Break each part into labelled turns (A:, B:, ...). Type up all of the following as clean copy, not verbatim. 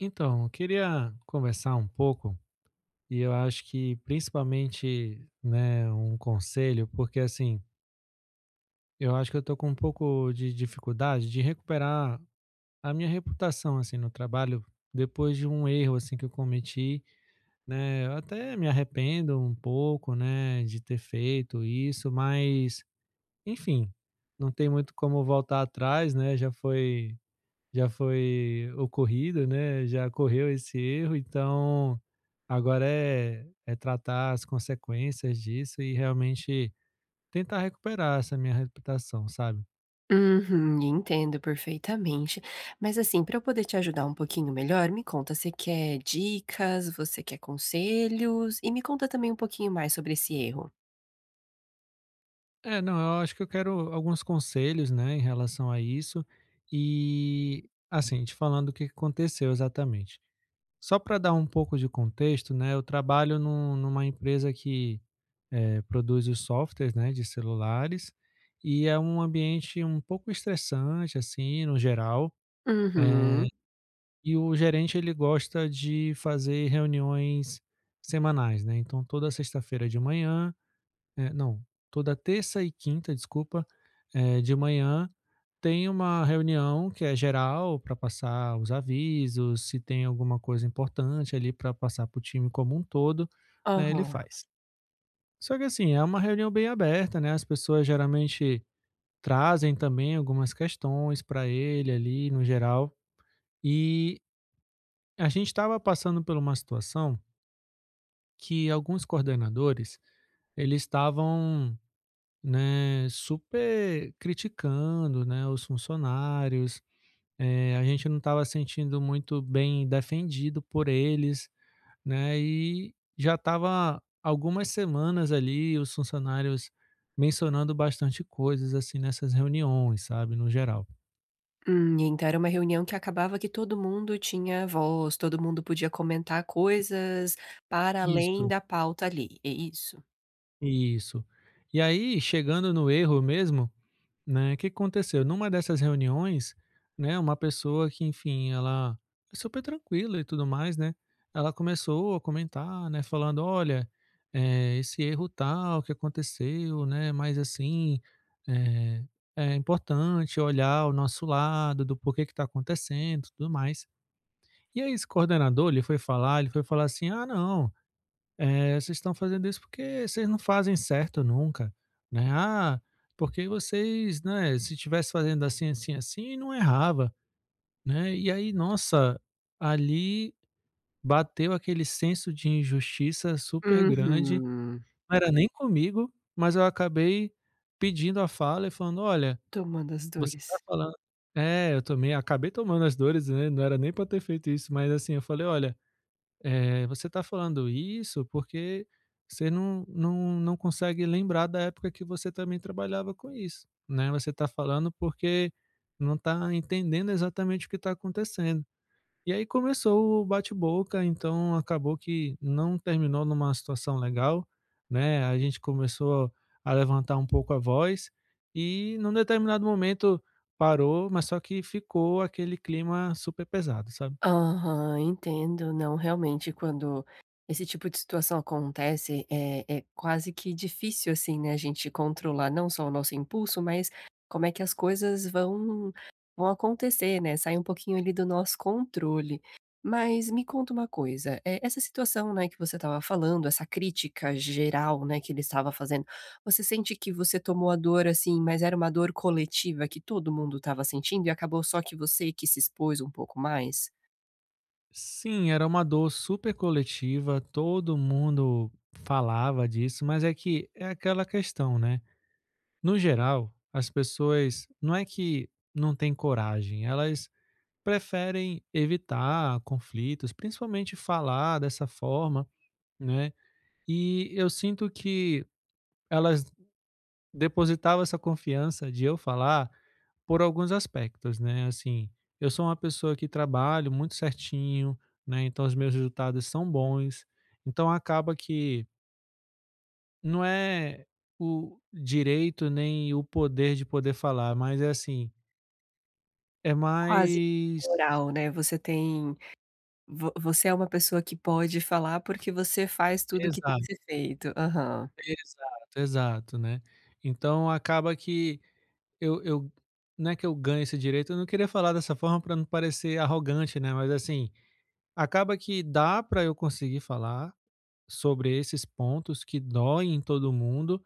A: Então, eu queria conversar um pouco e eu acho que principalmente, né, um conselho, porque assim, eu acho que eu tô com um pouco de dificuldade de recuperar a minha reputação assim no trabalho depois de um erro assim que eu cometi, né? Eu até me arrependo um pouco, né, de ter feito isso, mas enfim, não tem muito como voltar atrás, né? Já foi ocorrido, né, já correu esse erro, então agora é tratar as consequências disso e realmente tentar recuperar essa minha reputação, sabe.
B: Uhum, entendo perfeitamente. Mas assim, para eu poder te ajudar um pouquinho melhor, me conta, você quer dicas, você quer conselhos? E me conta também um pouquinho mais sobre esse erro.
A: É, não, eu acho que eu quero alguns conselhos, né, em relação a isso, e, assim, te falando o que que aconteceu exatamente. Só para dar um pouco de contexto, né, eu trabalho numa empresa que, produz os softwares, né, de celulares, e é um ambiente um pouco estressante, assim, no geral, eh,
B: Uhum.
A: e o gerente ele gosta de fazer reuniões semanais, né, então toda sexta-feira de manhã, é, não, toda terça e quinta, desculpa, de manhã tem uma reunião que é geral para passar os avisos, se tem alguma coisa importante ali para passar para o time como um todo, né, ele
B: Aham.
A: faz. Só que assim, é uma reunião bem aberta, né? As pessoas geralmente trazem também algumas questões para ele ali no geral. E a gente estava passando por uma situação que alguns coordenadores eles estavam, né, super criticando, né, os funcionários. A gente não estava sentindo muito bem defendido por eles, né, e já estava algumas semanas ali os funcionários mencionando bastante coisas assim nessas reuniões, sabe, no geral.
B: Então era uma reunião que acabava que todo mundo tinha voz, todo mundo podia comentar coisas para além
A: Isso,
B: da pauta ali, é isso?
A: isso. E aí chegando no erro mesmo, né, o que aconteceu? Numa dessas reuniões, né, uma pessoa que, enfim, ela é super tranquila e tudo mais, né, ela começou a comentar, né, falando: "Olha, esse erro tal que aconteceu, né, mas assim, eh, é importante olhar o nosso lado, do porquê que está acontecendo, e tudo mais". E aí esse coordenador, ele foi falar assim: "Ah não, é, vocês estão fazendo isso porque vocês não fazem certo nunca, né? Ah, porque vocês, né, se tivesse fazendo assim, assim, assim, não errava, né?" E aí, nossa, ali bateu aquele senso de injustiça super grande.
B: Uhum.
A: Não era nem comigo, mas eu acabei pedindo a fala e falando: "Olha,
B: Tomando as
A: você tá
B: dores.
A: falando". É, eu tomei acabei tomando as dores, né, não era nem para ter feito isso, mas assim, eu falei: "Olha, você está falando isso porque você não consegue lembrar da época que você também trabalhava com isso, né? Você está falando porque não está entendendo exatamente o que está acontecendo". E aí começou o bate-boca, então acabou que não terminou numa situação legal, né? A gente começou a levantar um pouco a voz e num determinado momento parou, mas só que ficou aquele clima super pesado, sabe?
B: Aham, entendo. Não, realmente, quando esse tipo de situação acontece, é quase que difícil, assim, né, a gente controlar não só o nosso impulso, mas como é que as coisas vão, vão acontecer, né? Sai um pouquinho ali do nosso controle. Mas me conta uma coisa, é, essa situação, né, que você estava falando, essa crítica geral, né, que ele estava fazendo, você sente que você tomou a dor, assim, mas era uma dor coletiva que todo mundo estava sentindo e acabou só que você que se expôs um pouco mais?
A: Sim, era uma dor super coletiva, todo mundo falava disso, mas é que é aquela questão, né? No geral, as pessoas não é que não têm coragem, elas preferem evitar conflitos, principalmente falar dessa forma, né? E eu sinto que elas depositava essa confiança de eu falar por alguns aspectos, né, assim, eu sou uma pessoa que trabalho muito certinho, né, então os meus resultados são bons, então acaba que não é o direito nem o poder de poder falar, mas é assim, é
B: Quase
A: mais
B: moral, né, você tem vo você é uma pessoa que pode falar, porque você faz tudo o que tem que
A: exato,
B: ser feito. Aham.
A: exato, exato, né. Então acaba que eu não é que eu ganho esse direito, eu não queria falar dessa forma para não parecer arrogante, né, mas assim acaba que dá para eu conseguir falar sobre esses pontos que doem em todo mundo,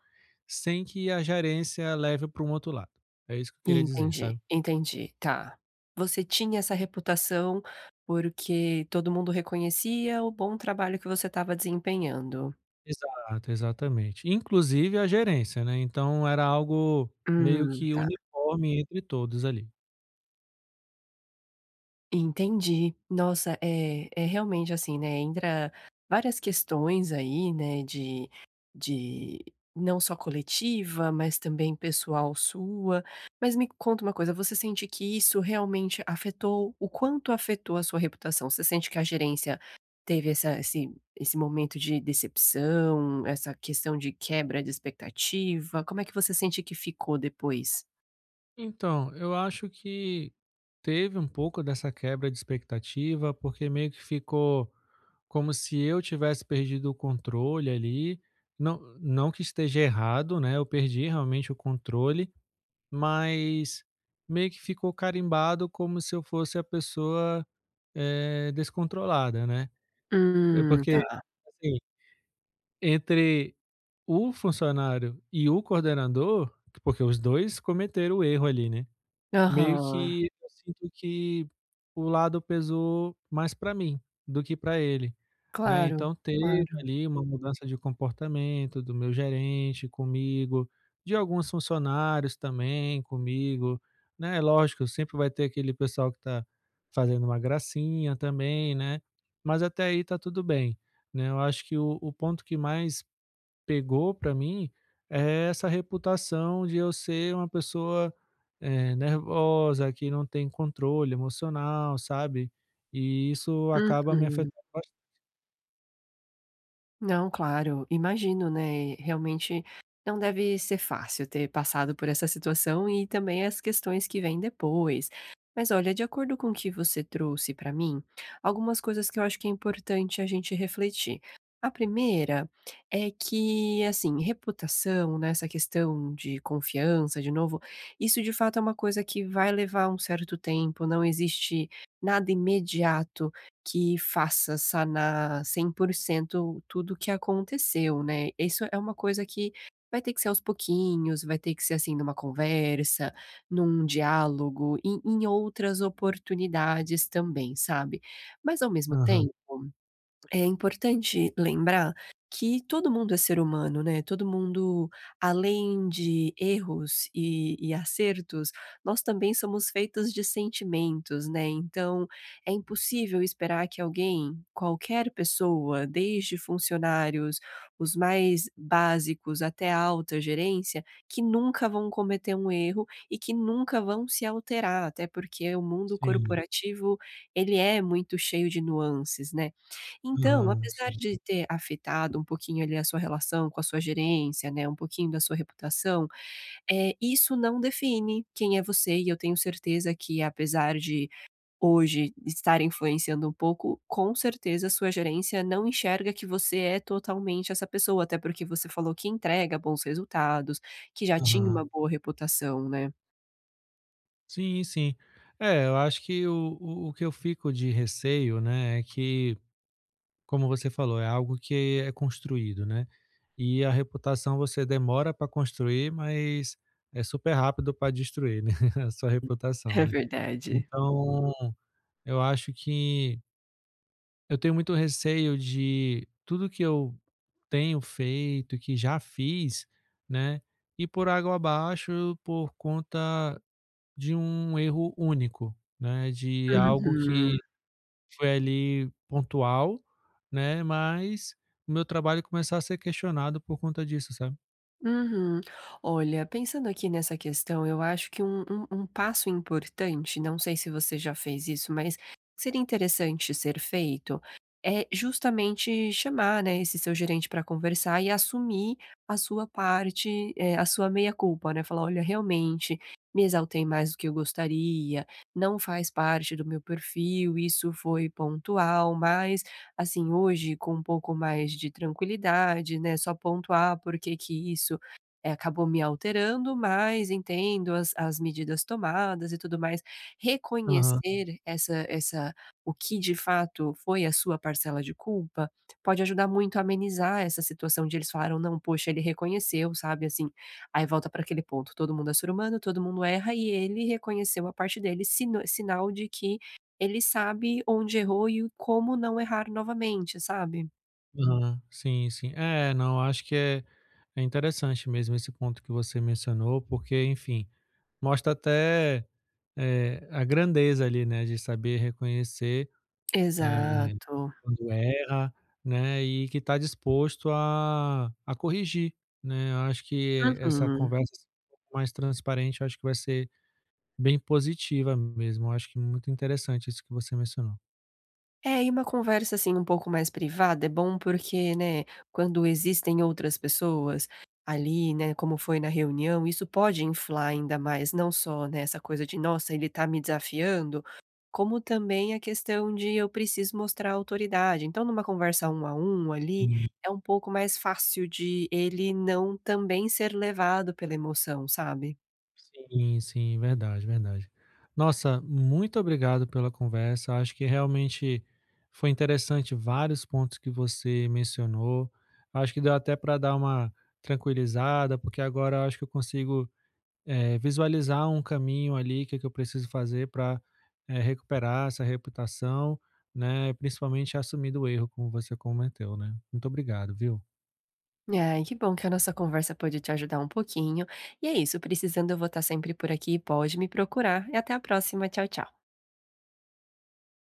A: sem que a gerência leve para um outro lado. É isso que eu queria dizer, sabe.
B: Entendi, entendi, tá. Você tinha essa reputação, porque todo mundo reconhecia o bom trabalho que você estava desempenhando.
A: Exato, exatamente. Inclusive a gerência, né, então era algo meio que
B: Tá.
A: uniforme entre todos ali.
B: Entendi. Nossa, é realmente assim, né, entra várias questões aí, né, de não só coletiva, mas também pessoal sua. Mas me conta uma coisa, você sente que isso realmente afetou o quanto afetou a sua reputação? Você sente que a gerência teve essa esse momento de decepção, essa questão de quebra de expectativa? Como é que você sente que ficou depois?
A: Então, eu acho que teve um pouco dessa quebra de expectativa, porque meio que ficou como se eu tivesse perdido o controle ali, não que esteja errado, né, eu perdi realmente o controle, mas meio que ficou carimbado como se eu fosse a pessoa, descontrolada, né. É porque,
B: Tá.
A: assim, entre o funcionário e o coordenador, porque os 2 cometeram o erro ali, né, meio
B: Aham.
A: que eu sinto que o lado pesou mais para mim do que para ele, né.
B: Claro,
A: Então teve
B: claro.
A: ali uma mudança de comportamento do meu gerente comigo, de alguns funcionários também comigo, né. Lógico, sempre vai ter aquele pessoal que tá fazendo uma gracinha também, né, mas até aí tá tudo bem, né. Eu acho que o ponto que mais pegou pra mim é essa reputação de eu ser uma pessoa, nervosa, que não tem controle emocional, sabe. E isso acaba me
B: Uhum.
A: afetando bas.
B: Não, claro, imagino, né, realmente não deve ser fácil ter passado por essa situação e também as questões que vêm depois. Mas olha, de acordo com o que você trouxe para mim, algumas coisas que eu acho que é importante a gente refletir. A primeira é que, assim, reputação, né, essa questão de confiança, de novo, isso de fato é uma coisa que vai levar um certo tempo, não existe nada imediato que faça sanar 100% tudo o que aconteceu, né. Isso é uma coisa que vai ter que ser aos pouquinhos, vai ter que ser, assim, numa conversa, num diálogo, em outras oportunidades também, sabe. Mas ao mesmo
A: Aham.
B: tempo, é importante lembrar que todo mundo é ser humano, né, todo mundo, além de erros e acertos, nós também somos feitos de sentimentos, né, então é impossível esperar que alguém, qualquer pessoa, desde funcionários, os mais básicos até a alta gerência, que nunca vão cometer um erro e que nunca vão se alterar, até porque o mundo
A: Sim.
B: corporativo, ele é muito cheio de nuances, né. Então,
A: Aham.
B: apesar
A: Sim.
B: de ter afetado um pouquinho ali a sua relação com a sua gerência, né, um pouquinho da sua reputação, isso não define quem é você e eu tenho certeza que apesar de hoje estar influenciando um pouco, com certeza a sua gerência não enxerga que você é totalmente essa pessoa, até porque você falou que entrega bons resultados, que já tinha uma
A: Aham.
B: boa reputação, né.
A: Sim, sim. É, eu acho que o que eu fico de receio, né, é que, como você falou, é algo que é construído, né. E a reputação você demora para construir, mas é super rápido para destruir, né, a sua reputação,
B: É
A: né.
B: verdade.
A: Então, eu acho que eu tenho muito receio de tudo que eu tenho feito, que já fiz, né, ir por água abaixo por conta de um erro único, né, de algo que
B: Uhum.
A: foi ali pontual, né, mas o meu trabalho começar a ser questionado por conta disso, sabe?
B: Uhum. Olha, pensando aqui nessa questão, eu acho que um passo importante, não sei se você já fez isso, mas seria interessante ser feito, é justamente chamar, né, esse seu gerente para conversar e assumir a sua parte, é, a sua meia-culpa, né? Falar, olha, realmente me exaltei mais do que eu gostaria, não faz parte do meu perfil, isso foi pontual, mas assim, hoje com um pouco mais de tranquilidade, né, só pontuar por que que isso, acabou me alterando, mas entendo as medidas tomadas e tudo mais.
A: Aham,
B: Reconhecer essa o que de fato foi a sua parcela de culpa, pode ajudar muito a amenizar essa situação de eles falaram: "Não, poxa, ele reconheceu", sabe, assim. Aí volta para aquele ponto, todo mundo é ser humano, todo mundo erra e ele reconheceu a parte dele, sinal de que ele sabe onde errou e como não errar novamente, sabe? Hum.
A: aham. Sim, sim. É, não, acho que é, é interessante mesmo esse ponto que você mencionou, porque, enfim, mostra até, a grandeza ali, né, de saber reconhecer, eh,
B: Exato.
A: quando erra, né, e que está disposto a corrigir, né. Eu acho que essa
B: Uhum.
A: conversa assim, um pouco mais transparente, eu acho que vai ser bem positiva mesmo. Eu acho que muito interessante isso que você mencionou.
B: É, e uma conversa, assim, um pouco mais privada é bom porque, né, quando existem outras pessoas ali, né, como foi na reunião, isso pode inflar ainda mais, não só, né, essa coisa de: "Nossa, ele tá me desafiando", como também a questão de eu preciso mostrar autoridade. Então numa conversa um a um ali,
A: Sim.
B: é um pouco mais fácil de ele não também ser levado pela emoção, sabe?
A: Sim, sim, verdade, verdade. Nossa, muito obrigado pela conversa. Acho que realmente foi interessante vários pontos que você mencionou. Acho que deu até para dar uma tranquilizada, porque agora eu acho que eu consigo, visualizar um caminho ali que eu preciso fazer para recuperar essa reputação, né? Principalmente assumir do erro, como você cometeu, né? Muito obrigado, viu?
B: Ai, que bom que a nossa conversa pôde te ajudar um pouquinho. E é isso, precisando eu vou estar sempre por aqui, pode me procurar. E até a próxima, tchau, tchau.